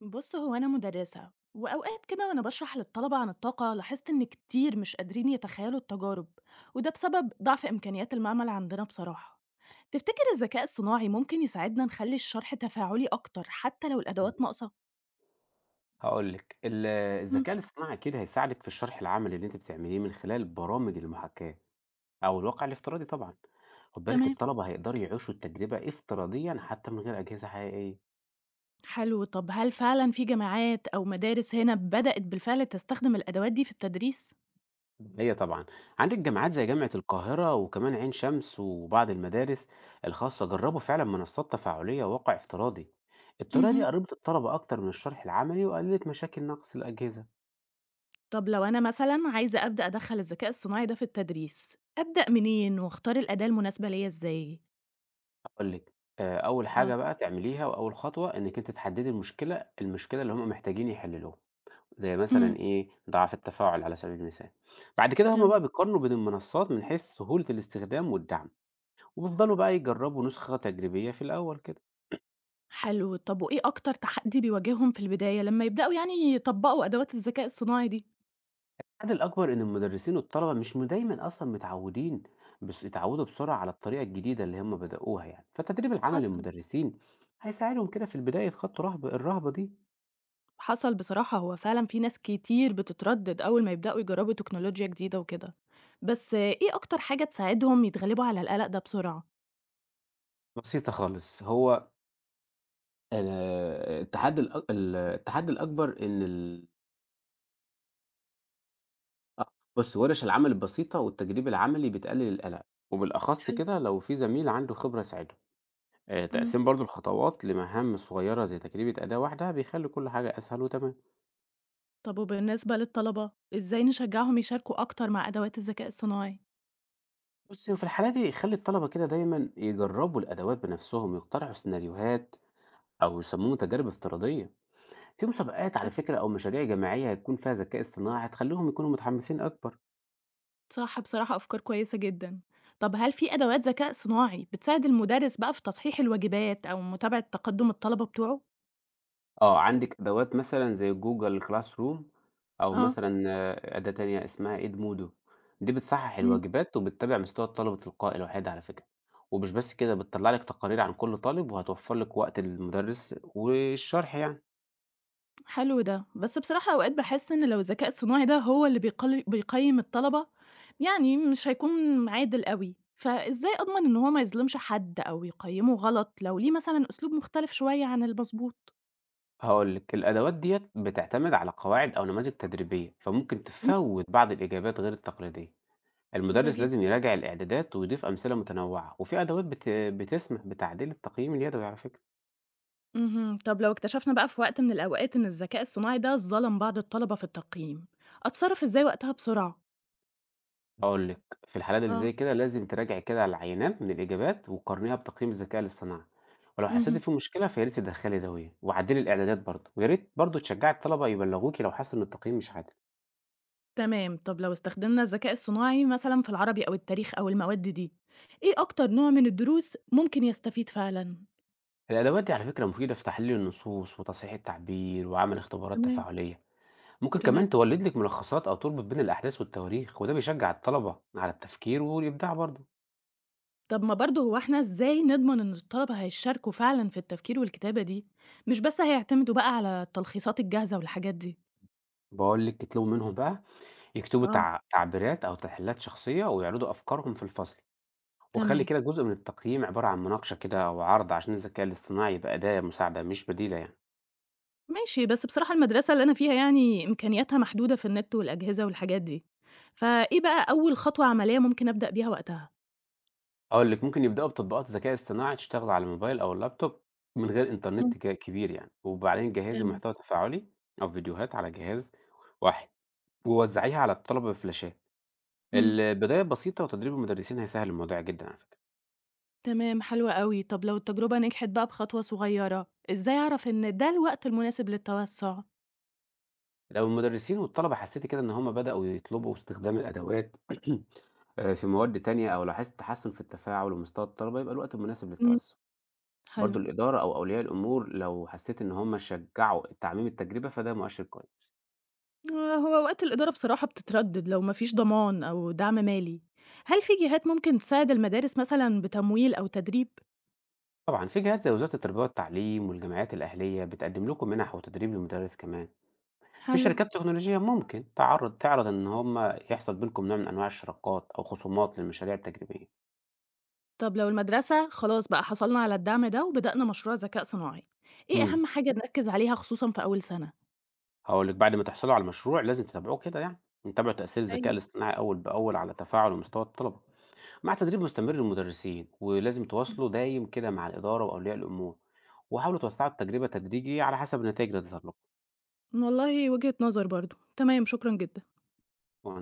بص هو أنا مدرسة وأوقات كده وأنا بشرح للطلبة عن الطاقة لاحظت إن كتير مش قادرين يتخيلوا التجارب. وده بسبب ضعف إمكانيات المعمل عندنا بصراحة. تفتكر الذكاء الصناعي ممكن يساعدنا نخلي الشرح تفاعلي أكتر حتى لو إمم. الأدوات ناقصة؟ هاقول لِك، مم. الذكاء الاصطناعي أكيد هيساعدِك في الشرح العملي اللي أنتِ بتعمليه من خلال برامج المحاكاة أو الواقع الافتراضي طبعًا. خُد بالِك، تمام. الطلبة هيقدروا يعيشوا التجربة افتراضيًا حتى من غير أجهزة حقيقية. حلو، طب هل فعلا في جامعات أو مدارس هنا بدأت بالفعل تستخدم الأدوات دي في التدريس؟ إمم. هي طبعًا عندِك جامعات زي جامعة القاهرة وكمان عين شمس وبعض المدارس الخاصة جربوا فعلًا منصات تفاعلية وواقع افتراضي. الطريقة دي مهم. قربت الطلبة أكتر من الشرح العملي وقللت مشاكل نقص الأجهزة. طب لو أنا مثلا عايزة أبدأ أدخل الذكاء الصناعي ده في التدريس أبدأ منين وأختار الأداة المناسبة ليا إزاي؟ هاقول لِك، أول حاجة بقى تعمليها وأول خطوة إنِّك أنتِ تحددي المشكلة اللي هُم محتاجين يحلّلوها، زي مثلًا اه، إيه، ضعف التفاعل على سبيل المثال. بعد كده هُم بقى تمام، بيقارنوا بين المنصات من حيث سهولة الاستخدام والدعم، وبيفضلوا بقى يجربوا نسخة تجريبية في الأول كده. حلو. طب وإيه أكتر تحدي بيواجههم في البداية لمّا يبدأوا يعني يطبّقوا أدوات الذكاء الصناعي دي؟ العامل الأكبر إن المدرسين والطلبة مش دايمًا أصلًا متعودين بس يتعودوا بسرعة على الطريقة الجديدة اللي هُم بدأوها يعني، فالتدريب العملي حصل. للمدرسين هيساعدهم كده في البداية يتخطوا الرهبة دي. حصل بصراحة، هو فعلًا في ناس كتير بتتردد أول ما يبدأوا يجرّبوا تكنولوجيا جديدة وكده. بس إيه أكتر حاجة تساعدهم يتغلبوا على القلق ده بسرعة؟ بسيطة خالص، هو التحدي الأك ال التحدي الأكبر إن ال أ بُص، ورش العمل البسيطة والتجريب العملي بتقلل القلق، وبالأخص حلو. كده لو في زميل عنده خبرة يساعده. إمم. تقسيم برضه الخطوات لمهام صغيرة زي تجربة أداة واحدة بيخلّي كل حاجة أسهل وتمام. طب وبالنسبة للطلبة، إزاي نشجّعهم يشاركوا أكتر مع أدوات الذكاء الصناعي؟ بُص، وفي الحالة دي خلّي الطلبة كده دايمًا يجرّبوا الأدوات بنفسهم، يخترعوا سيناريوهات أو يصمموا تجارب افتراضية. في مسابقات على حلو. فكرة أو مشاريع جماعية هيكون فيها ذكاء اصطناعي هتخلّيهم يكونوا متحمسين أكبر. صح، بصراحة أفكار كويسة جدًا. طب هل في أدوات ذكاء صناعي بتساعد المُدرِّس بقى في تصحيح الواجبات أو متابعة تقدُّم الطلبة بتوعه؟ آه، عندِك أدوات مثلًا زي Google classroom أو آه. مثلًا آه، أداة تانية اسمها edmodo. دي بتصحّح إمم. الواجبات وبتتابع مستوى الطلبة تلقائي لوحدها على فكرة، ومش بس كده بتطلّع لك تقارير عن كل طالب وهتوفّر لك وقت للمدرس والشرح يعني. حلو ده، بس بصراحة أوقات باحس إن لو الذكاء الصناعي ده هو اللي بيقيّم الطلبة، يعني مش هيكون عادل أوي، فإزاي أضمن إن هو ما يظلمش حد أو يقيّمه غلط لو ليه مثلًا أسلوب مختلف شوية عن المضبوط؟ هاقول لِك، الأدوات ديّة بتعتمد على قواعد أو نماذج تدريبية، فممكن تفوّت بعض الإجابات غير التقليدية. إمم، المدرس بديهي. لازم يراجع الإعدادات ويضيف أمثلة متنوعة، وفي أدوات بتسمح بتعديل التقييم اليدوي على فكرة. اهم، طب لو اكتشفنا بقى في وقت من الأوقات إن الذكاء الصناعي ده ظلم بعض الطلبة في التقييم، أتصرف إزاي وقتها بسرعة؟ هاقول لِك، في الحالات اللي آه. زي كده لازم تراجعي كده على العينات من الإجابات وقارنيها بتقييم الذكاء الاصطناعي، ولو حسيتِ اهم. في مشكلة فيا ريت تدخّلي دوّية، وعدّلي الإعدادات برضه، ويا ريت برضه تشجّعي الطلبة يبلّغوكِ لو حسّوا إن التقييم مش عادل. تمام، طب لو استخدمنا الذكاء الصناعي مثلًا في العربي أو التاريخ أو المواد دي، إيه أكتر نوع من الدروس ممكن يستفيد فعلًا؟ الأدوات دي على فكرة مفيدة في تحليل النصوص وتصحيح التعبير وعمل اختبارات تمام. تفاعلية، ممكن كمان تمام. تولِّد لِك ملخصات أو تربط بين الأحداث والتواريخ، وده بيشجّع الطلبة على التفكير والإبداع برضه. طب ما برضه هو إحنا إزاي نضمن إن الطلبة هيشاركوا فعلًا في التفكير والكتابة دي، مش بس هيعتمدوا بقى على التلخيصات الجاهزة والحاجات دي؟ باقول لِك، اطلبوا منهم بقى يكتبوا آه. تعبيرات أو تحليلات شخصية ويعرضوا أفكارهم في الفصل. وخلّي تمام. كده جزء من التقييم عبارة عن مناقشة كده وعرض عشان الذكاء الاصطناعي يبقى أداة مساعدة مش بديلة يعني. ماشي، بس بصراحة المدرسة اللي أنا فيها يعني إمكانياتها محدودة في النت والأجهزة والحاجات دي، فإيه بقى أول خطوة عملية ممكن أبدأ بيها وقتها؟ أقول لِك، ممكن يبدأوا بتطبيقات ذكاء اصطناعي تشتغل على الموبايل أو اللابتوب من غير إمم. إنترنت كبير يعني، وبعدين جهّزي تمام. محتوى تفاعلي أو فيديوهات على جهاز واحد ووزّعيها على الطلبة بفلاشات. إمم. البداية بسيطة وتدريب المدرسين هيسهّل الموضوع جدًا على فكرة. تمام، حلو أوي. طب لو التجربة نجحت بقى بخطوة صغيرة، إزاي أعرف إن ده الوقت المناسب للتوسُّع؟ لو المدرسين والطلبة حسّيتِ كده إن هم بدأوا يطلبوا استخدام الأدوات في مواد تانية أو لاحظتِ تحسّن في التفاعل ومستوى الطلبة، يبقى الوقت المناسب إمم. للتوسع. حلو. برضه الإدارة أو أولياء الأمور لو حسيت إن هم شجعوا تعميم التجربة فده مؤشر كويس. آه، هو وقت الإدارة بصراحة بتتردد لو ما فيش ضمان أو دعم مالي. هل في جهات ممكن تساعد المدارس مثلًا بتمويل أو تدريب؟ طبعا في جهات زي وزارة التربية والتعليم والجمعيات الأهلية بتقدم لكم منح وتدريب للمدرس كمان. في حلو. شركات تكنولوجية ممكن تعرض إن هم يحصل بينكم نوع من أنواع الشراكات أو خصومات للمشاريع التجريبية. طب لو المدرسة خلاص بقى حصلنا على الدعم ده وبدأنا مشروع ذكاء صناعي، إيه امم أهم حاجة نركّز عليها خصوصًا في أول سنة؟ هقول لك، بعد ما تحصلوا على المشروع لازم تتابعوه كده يعني. نتابعوا تأثير الذكاء أيوه. الاصطناعي أول بأول على تفاعل ومستوى الطلبة. مع تدريب مستمر للمدرسين ولازم تواصلوا دايم كده مع الإدارة وأولياء الأمور وحاولوا توسعوا التجربة تدريجي على حسب النتائج اللي تظهر لكم والله وجهة نظر برضه. تمام، شكرًا جدًا.